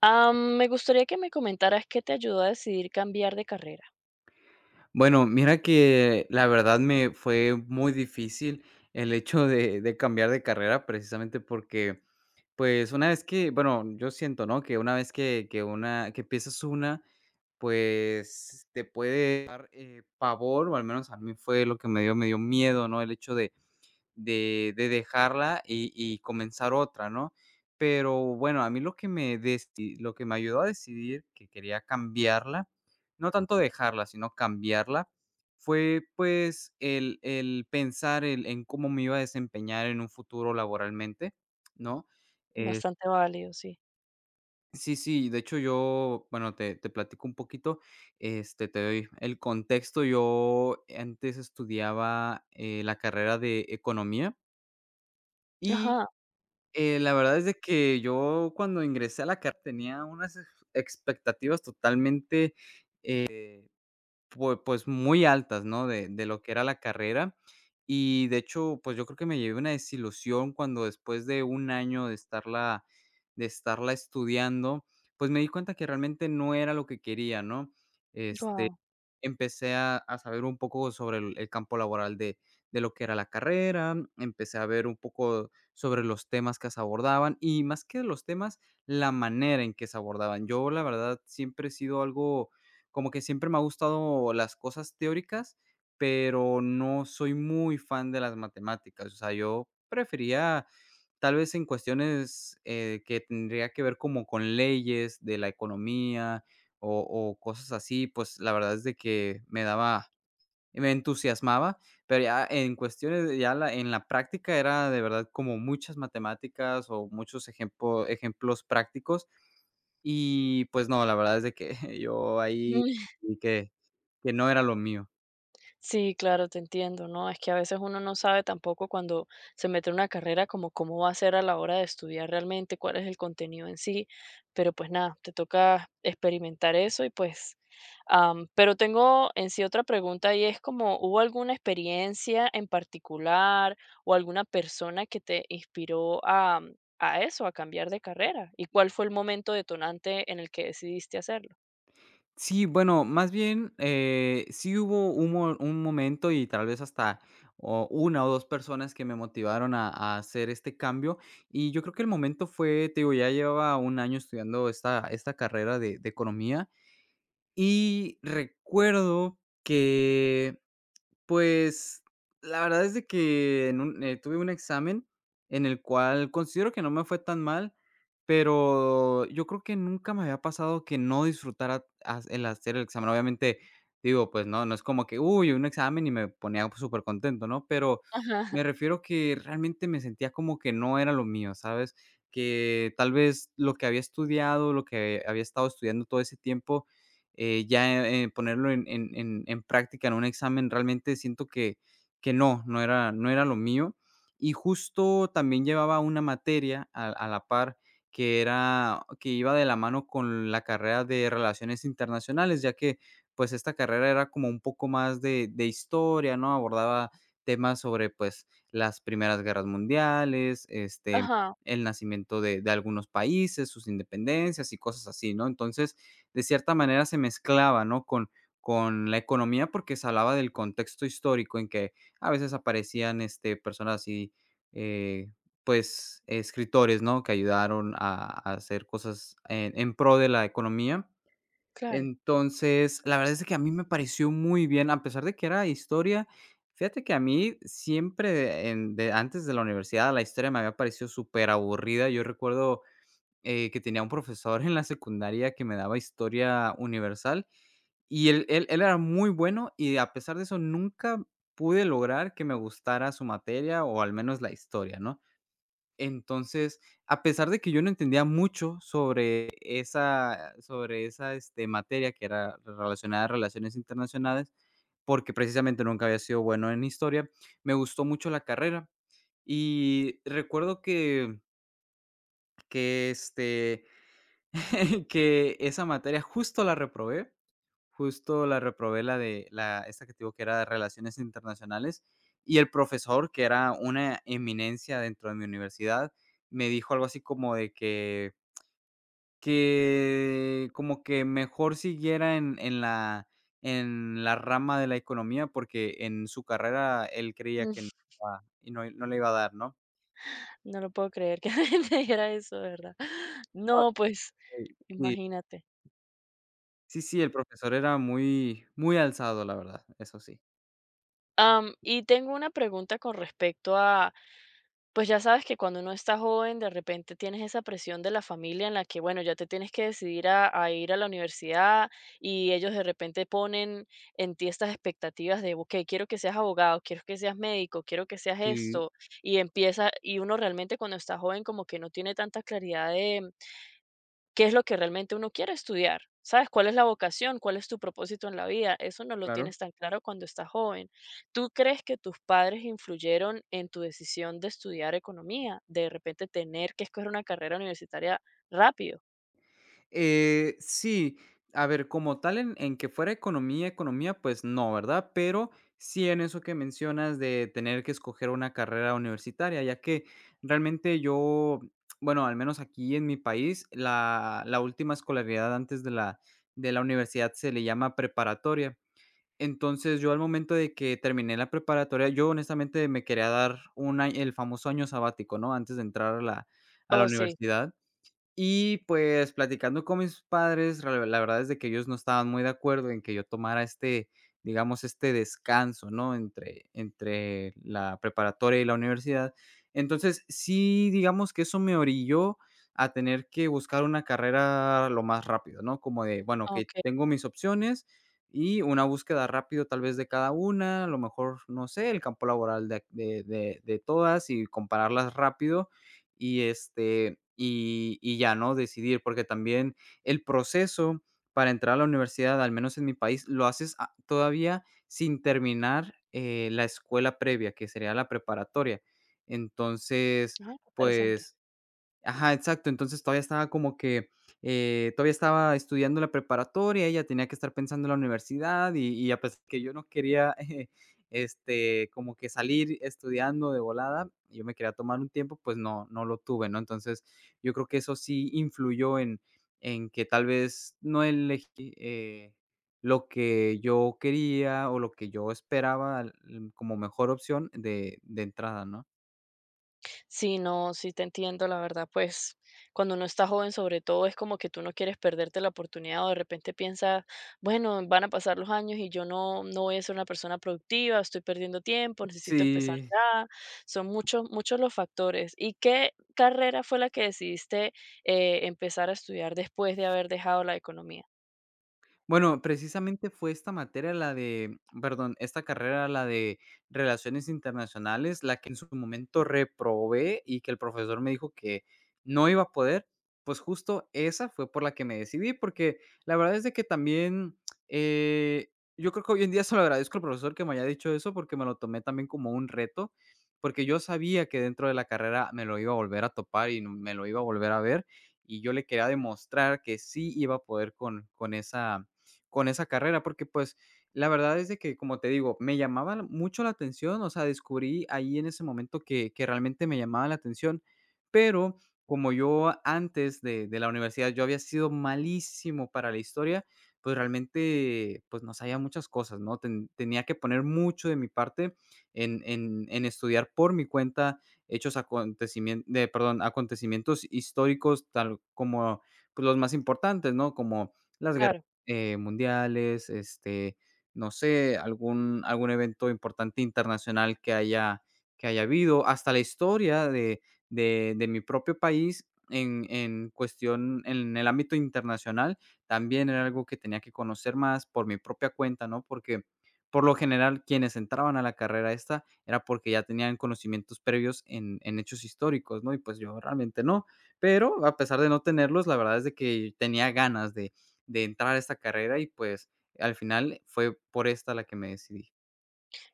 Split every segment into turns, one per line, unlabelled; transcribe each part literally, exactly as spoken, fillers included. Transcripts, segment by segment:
Am, me gustaría que me comentaras qué te ayudó a decidir cambiar de carrera.
Bueno, mira que la verdad me fue muy difícil el hecho de de cambiar de carrera, precisamente porque, pues, una vez que bueno, yo siento, ¿no?, que una vez que que una que empiezas una, pues, te puede dar, eh, pavor, o al menos a mí fue lo que me dio me dio miedo, ¿no?, el hecho de de de dejarla y y comenzar otra, ¿no? Pero bueno, a mí lo que me desti lo que me ayudó a decidir que quería cambiarla, no tanto dejarla, sino cambiarla, fue, pues, el el pensar el en cómo me iba a desempeñar en un futuro laboralmente, ¿no? Eh,
Bastante válido, sí.
sí, sí, de hecho, yo, bueno, te te platico un poquito, este, te doy el contexto. Yo antes estudiaba, eh, la carrera de economía y
Ajá.
Eh, la verdad es de que yo cuando ingresé a la carrera tenía unas ex- expectativas totalmente, eh, pue- pues, muy altas, ¿no? De, de lo que era la carrera. Y de hecho, pues yo creo que me llevé una desilusión cuando después de un año de estarla, de estarla estudiando, pues me di cuenta que realmente no era lo que quería, ¿no? Este,
Wow.
empecé a a saber un poco sobre el el campo laboral de de lo que era la carrera, empecé a ver un poco sobre los temas que se abordaban y más que los temas, la manera en que se abordaban. Yo, la verdad, siempre he sido algo como que siempre me ha gustado las cosas teóricas, pero no soy muy fan de las matemáticas. O sea, yo prefería tal vez en cuestiones, eh, que tendría que ver como con leyes de la economía o o cosas así, pues, la verdad es de que me daba, me entusiasmaba, pero ya en cuestiones de ya la en la práctica era de verdad como muchas matemáticas o muchos ejempo ejemplos prácticos. Y, pues no, la verdad es de que yo ahí vi que que no era lo mío.
Sí, claro, te entiendo, ¿no? Es que a veces uno no sabe tampoco cuando se mete en una carrera como cómo va a ser a la hora de estudiar realmente, cuál es el contenido en sí, pero pues nada, te toca experimentar eso y pues, am, pero tengo en sí otra pregunta y es como, ¿hubo alguna experiencia en particular o alguna persona que te inspiró a, a eso, a cambiar de carrera? ¿Y cuál fue el momento detonante en el que decidiste hacerlo?
Sí, bueno, más bien, eh, sí hubo un mo un momento y tal vez hasta o una o dos personas que me motivaron a a hacer este cambio, y yo creo que el momento fue, te digo, ya llevaba un año estudiando esta esta carrera de de economía, y recuerdo que pues, la verdad es de que en un eh, tuve un examen en el cual considero que no me fue tan mal, pero yo creo que nunca me había pasado que no disfrutara has el hacer el examen. Obviamente, digo, pues no, no es como que, uy, un examen y me ponía súper contento, ¿no? Pero
Ajá,
me refiero que realmente me sentía como que no era lo mío, ¿sabes? Que tal vez lo que había estudiado, lo que había estado estudiando todo ese tiempo eh, ya, eh, ponerlo en en en en práctica en un examen, realmente siento que que no, no era, no era lo mío. Y justo también llevaba una materia a a la par que era que iba de la mano con la carrera de Relaciones Internacionales, ya que, pues, esta carrera era como un poco más de de historia, ¿no? Abordaba temas sobre, pues, las primeras guerras mundiales, este,
ajá,
el nacimiento de de algunos países, sus independencias y cosas así, ¿no? Entonces, de cierta manera se mezclaba, ¿no? Con con la economía, porque se hablaba del contexto histórico en que a veces aparecían, este, personas así, eh, pues, escritores, ¿no? Que ayudaron a a hacer cosas en en pro de la economía.
claro.
Entonces, la verdad es que a mí me pareció muy bien, a pesar de que era historia, fíjate que a mí siempre en de antes de la universidad, la historia me había parecido súper aburrida. Yo recuerdo eh, que tenía un profesor en la secundaria que me daba historia universal y él él él era muy bueno y a pesar de eso nunca pude lograr que me gustara su materia o al menos la historia, ¿no? Entonces, a pesar de que yo no entendía mucho sobre esa sobre esa, este, materia que era relacionada a relaciones internacionales, porque precisamente nunca había sido bueno en historia, me gustó mucho la carrera y recuerdo que que, este, que esa materia justo la reprobé, justo la reprobé la de la esta que te digo que era de relaciones internacionales, y el profesor, que era una eminencia dentro de mi universidad, me dijo algo así como de que que como que mejor siguiera en en la en la rama de la economía, porque en su carrera él creía que no iba y no no le iba a dar, ¿no?
No lo puedo creer que alguien te dijera eso, de verdad.
Ah,
No, pues,
sí,
imagínate.
sí, sí, el profesor era muy muy alzado, la verdad, eso sí.
Am, y tengo una pregunta con respecto a, pues ya sabes que cuando uno está joven, de repente tienes esa presión de la familia en la que, bueno, ya te tienes que decidir a, a ir a la universidad y ellos de repente ponen en ti estas expectativas de, ok, quiero que seas abogado, quiero que seas médico, quiero que seas
Sí.
esto. Y empieza, y uno realmente cuando está joven como que no tiene tanta claridad qué es lo que realmente uno quiere estudiar, ¿sabes? ¿Cuál es la vocación? ¿Cuál es tu propósito en la vida? Eso no lo
Claro.
tienes tan claro cuando estás joven. ¿Tú crees que tus padres influyeron en tu decisión de estudiar economía? De repente tener que escoger una carrera universitaria rápido.
Eh, sí, a ver, como tal, en, en que fuera economía, economía, pues no, ¿verdad? Pero sí en eso que mencionas de tener que escoger una carrera universitaria, ya que realmente yo, bueno, al menos aquí en mi país, la, la última escolaridad antes de la, de la universidad se le llama preparatoria. Entonces yo al momento de que terminé la preparatoria, yo honestamente me quería dar un, a- el famoso año sabático, ¿no? Antes de entrar a la, a la
Oh, sí.
universidad. Y, pues, platicando con mis padres, la la verdad es de que ellos no estaban muy de acuerdo en que yo tomara este, digamos, este descanso, ¿no?, entre entre la preparatoria y la universidad. Entonces, sí, digamos que eso me orilló a tener que buscar una carrera lo más rápido, ¿no?, como de, bueno,
Ah.
que tengo mis opciones y una búsqueda rápido tal vez de cada una, a lo mejor, no sé, el campo laboral de de de de todas y compararlas rápido y, este, y y ya, ¿no? Decidir, porque también el proceso para entrar a la universidad, al menos en mi país, lo haces a todavía sin terminar, eh, la escuela previa, que sería la preparatoria. Entonces,
Ajá, qué interesante.
pues ajá, exacto. Entonces, todavía estaba como que, eh, todavía estaba estudiando la preparatoria, ella tenía que estar pensando en la universidad y y a pesar que yo no quería, eh, este, como que salir estudiando de volada, yo me quería tomar un tiempo, pues no no lo tuve, ¿no? Entonces, yo creo que eso sí influyó en en que tal vez no elegí, eh, lo que yo quería o lo que yo esperaba, l como mejor opción de de entrada, ¿no?
Sí, no, sí te entiendo, la verdad, pues cuando uno está joven sobre todo es como que tú no quieres perderte la oportunidad o de repente piensas, bueno, van a pasar los años y yo no, no voy a ser una persona productiva, estoy perdiendo tiempo, necesito empezar
Sí.
ya. Son muchos, muchos los factores. ¿Y qué carrera fue la que decidiste eh, empezar a estudiar después de haber dejado la economía?
Bueno, precisamente fue esta materia la de, perdón, esta carrera, la de Relaciones Internacionales, la que en su momento reprobé y que el profesor me dijo que no iba a poder, pues justo esa fue por la que me decidí, porque la verdad es de que también, eh, yo creo que hoy en día se lo agradezco al profesor que me haya dicho eso, porque me lo tomé también como un reto, porque yo sabía que dentro de la carrera me lo iba a volver a topar y no- me lo iba a volver a ver, y yo le quería demostrar que sí iba a poder con, con esa con esa carrera, porque pues la verdad es de que, como te digo, me llamaba la- mucho la atención, o sea, descubrí ahí en ese momento que, que realmente me llamaba la atención, pero como yo antes de, de la universidad yo había sido malísimo para la historia, pues realmente pues no sabía muchas cosas, ¿no? Ten- tenía que poner mucho de mi parte en, en- en estudiar por mi cuenta hechos acontecimientos, de, perdón, acontecimientos históricos, tal como pues, los más importantes, ¿no? Como las guerras
Claro.
eh, mundiales, este, no sé, algún algún evento importante internacional que haya que haya habido, hasta la historia de de de mi propio país en en cuestión en el ámbito internacional, también era algo que tenía que conocer más por mi propia cuenta, ¿no? Porque, por lo general, quienes entraban a la carrera esta era porque ya tenían conocimientos previos en en hechos históricos, ¿no? Y, pues, yo realmente no. Pero, a pesar de no tenerlos, la verdad es de que tenía ganas de de entrar a esta carrera y, pues, al final fue por esta la que me decidí.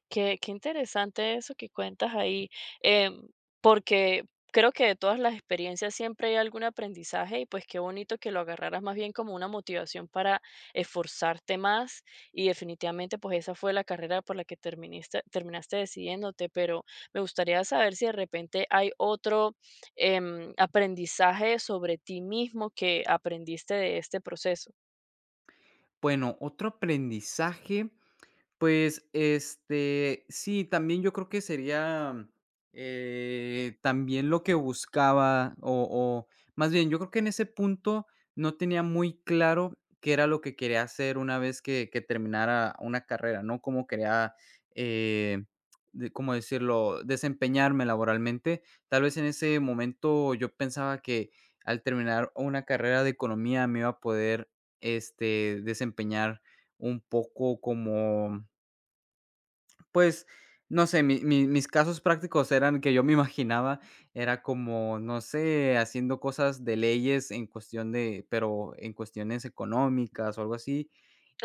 Qué qué interesante eso que cuentas ahí, em, porque creo que de todas las experiencias siempre hay algún aprendizaje y, pues, qué bonito que lo agarraras más bien como una motivación para esforzarte más y definitivamente, pues, esa fue la carrera por la que terminaste terminaste decidiéndote, pero me gustaría saber si de repente hay otro, em, aprendizaje sobre ti mismo que aprendiste de este proceso.
Bueno, otro aprendizaje. Pues, este, sí, también yo creo que sería, eh, también lo que buscaba, o o más bien, yo creo que en ese punto no tenía muy claro qué era lo que quería hacer una vez que que terminara una carrera, ¿no? Cómo quería, eh, de, ¿cómo decirlo? Desempeñarme laboralmente. Tal vez en ese momento yo pensaba que al terminar una carrera de economía me iba a poder, este, desempeñar un poco como pues, no sé, mi mi mis casos prácticos eran que yo me imaginaba, era como, no sé, haciendo cosas de leyes en cuestión de pero en cuestiones económicas o algo así.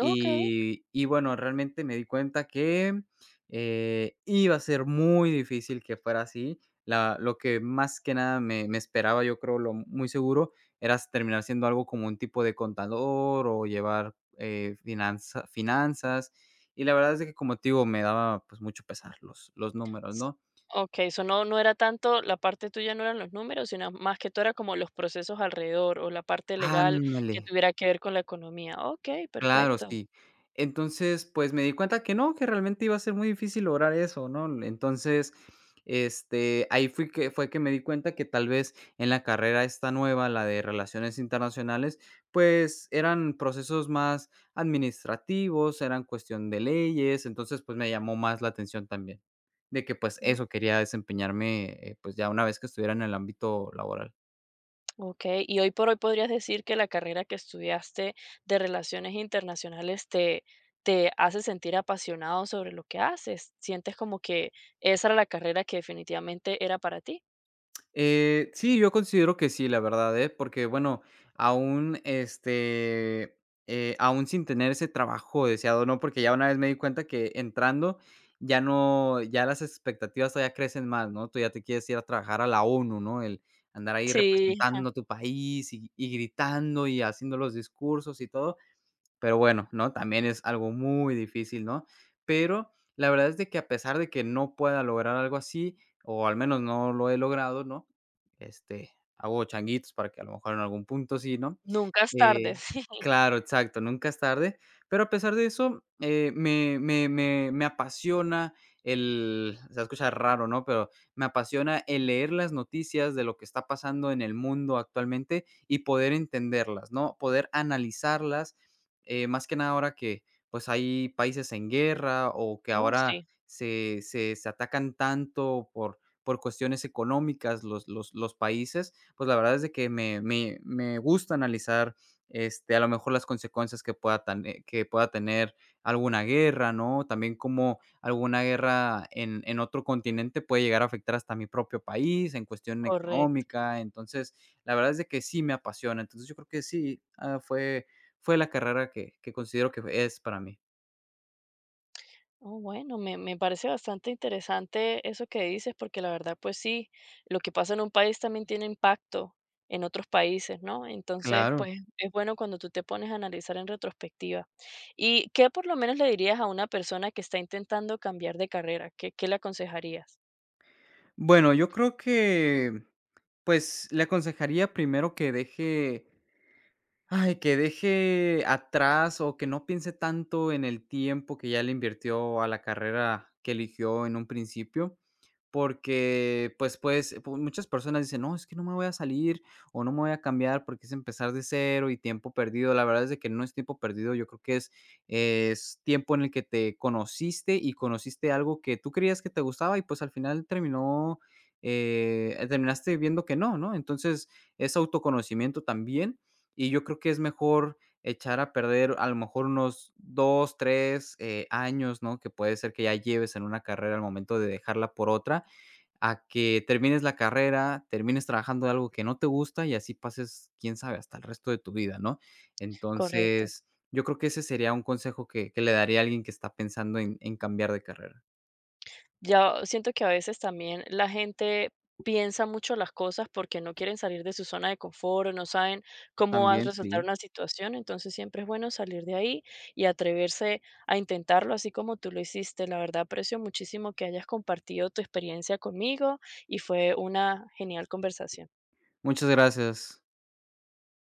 Okey.
y bueno, realmente me di cuenta que, eh, iba a ser muy difícil que fuera así. La lo que más que nada me me esperaba, yo creo, lo muy seguro, era terminar siendo algo como un tipo de contador o llevar, eh, finanza finanzas, y la verdad es de que, como te digo, me daba, pues, mucho pesar los los números,
S
¿no?
Okey, so, no no era tanto la parte tuya, no eran los números, sino más que todo era como los procesos alrededor, o la parte legal
Ándale,
que tuviera que ver con la economía. Okey,
claro,
perfecto.
sí. Entonces, pues, me di cuenta que no, que realmente iba a ser muy difícil lograr eso, ¿no? Entonces, este, ahí fui que fue que me di cuenta que tal vez en la carrera esta nueva, la de Relaciones Internacionales, pues, eran procesos más administrativos, eran cuestión de leyes, entonces, pues, me llamó más la atención también, de que, pues,
Mm,
eso quería desempeñarme, eh, pues, ya una vez que estuviera en el ámbito laboral.
okey, y hoy por hoy, ¿podrías decir que la carrera que estudiaste de Relaciones Internacionales te te hace sentir apasionado sobre lo que haces? ¿Sientes como que esa era la carrera que definitivamente era para ti?
Eh, sí, yo considero que sí, la verdad, ¿eh? Porque, bueno, aún, este, eh, aún sin tener ese trabajo deseado, ¿no? Porque ya una vez me di cuenta que entrando ya no, ya las expectativas todavía crecen más, ¿no? Tú ya te quieres ir a trabajar a la ONU, ¿no? El andar ahí
Sí,
representando tu país y, y gritando y haciendo los discursos y todo. Pero bueno, ¿no? También es algo muy difícil, ¿no? Pero la verdad es de que a pesar de que no pueda lograr algo así, o al menos no lo he logrado, ¿no? Este, hago changuitos para que a lo mejor en algún punto sí, ¿no?
nunca es tarde,
Eh,
sí.
claro, exacto, nunca es tarde, pero a pesar de eso, eh, me me me me apasiona el se va a raro, ¿no?, pero me apasiona el leer las noticias de lo que está pasando en el mundo actualmente y poder entenderlas, ¿no?, poder analizarlas, eh, más que nada ahora que, pues, hay países en guerra o que
No,
ahora
sí,
se se se atacan tanto por por cuestiones económicas los los los países, pues, la verdad es de que me me me gusta analizar, este, a lo mejor las consecuencias que pueda tane que pueda tener alguna guerra, ¿no? También como alguna guerra en en otro continente puede llegar a afectar hasta mi propio país en cuestión
correcto.
económica. Entonces, la verdad es de que sí me apasiona. Entonces, yo creo que sí, ah, fue fue la carrera que que considero que es para mí.
Oh, bueno, me, me parece bastante interesante eso que dices, porque la verdad, pues sí, lo que pasa en un país también tiene impacto en otros países, ¿no? Entonces,
Claro.
pues es bueno cuando tú te pones a analizar en retrospectiva. ¿Y qué por lo menos le dirías a una persona que está intentando cambiar de carrera? ¿Qué, qué le aconsejarías?
Bueno, yo creo que, pues, le aconsejaría primero que deje Ay, que deje atrás o que no piense tanto en el tiempo que ya le invirtió a la carrera que eligió en un principio, porque pues pues pu muchas personas dicen: "No, es que no me voy a salir o no me voy a cambiar porque es empezar de cero y tiempo perdido". La verdad es de que no es tiempo perdido, yo creo que es es tiempo en el que te conociste y conociste algo que tú creías que te gustaba y pues al final terminó, eh, terminaste viendo que no, ¿no? Entonces es autoconocimiento también. Y yo creo que es mejor echar a perder a lo mejor unos dos tres eh, años, ¿no? Que puede ser que ya lleves en una carrera al momento de dejarla por otra, a que termines la carrera, termines trabajando de algo que no te gusta y así pases, quién sabe, hasta el resto de tu vida, ¿no?
Correcto.
Entonces, yo creo que ese sería un consejo que que le daría a alguien que está pensando en en cambiar de carrera.
Ya siento que a veces también la gente piensa mucho las cosas porque no quieren salir de su zona de confort o no saben cómo va a
También,
resultar
sí.
una situación, entonces siempre es bueno salir de ahí y atreverse a intentarlo así como tú lo hiciste. La verdad aprecio muchísimo que hayas compartido tu experiencia conmigo y fue una genial conversación.
Muchas gracias.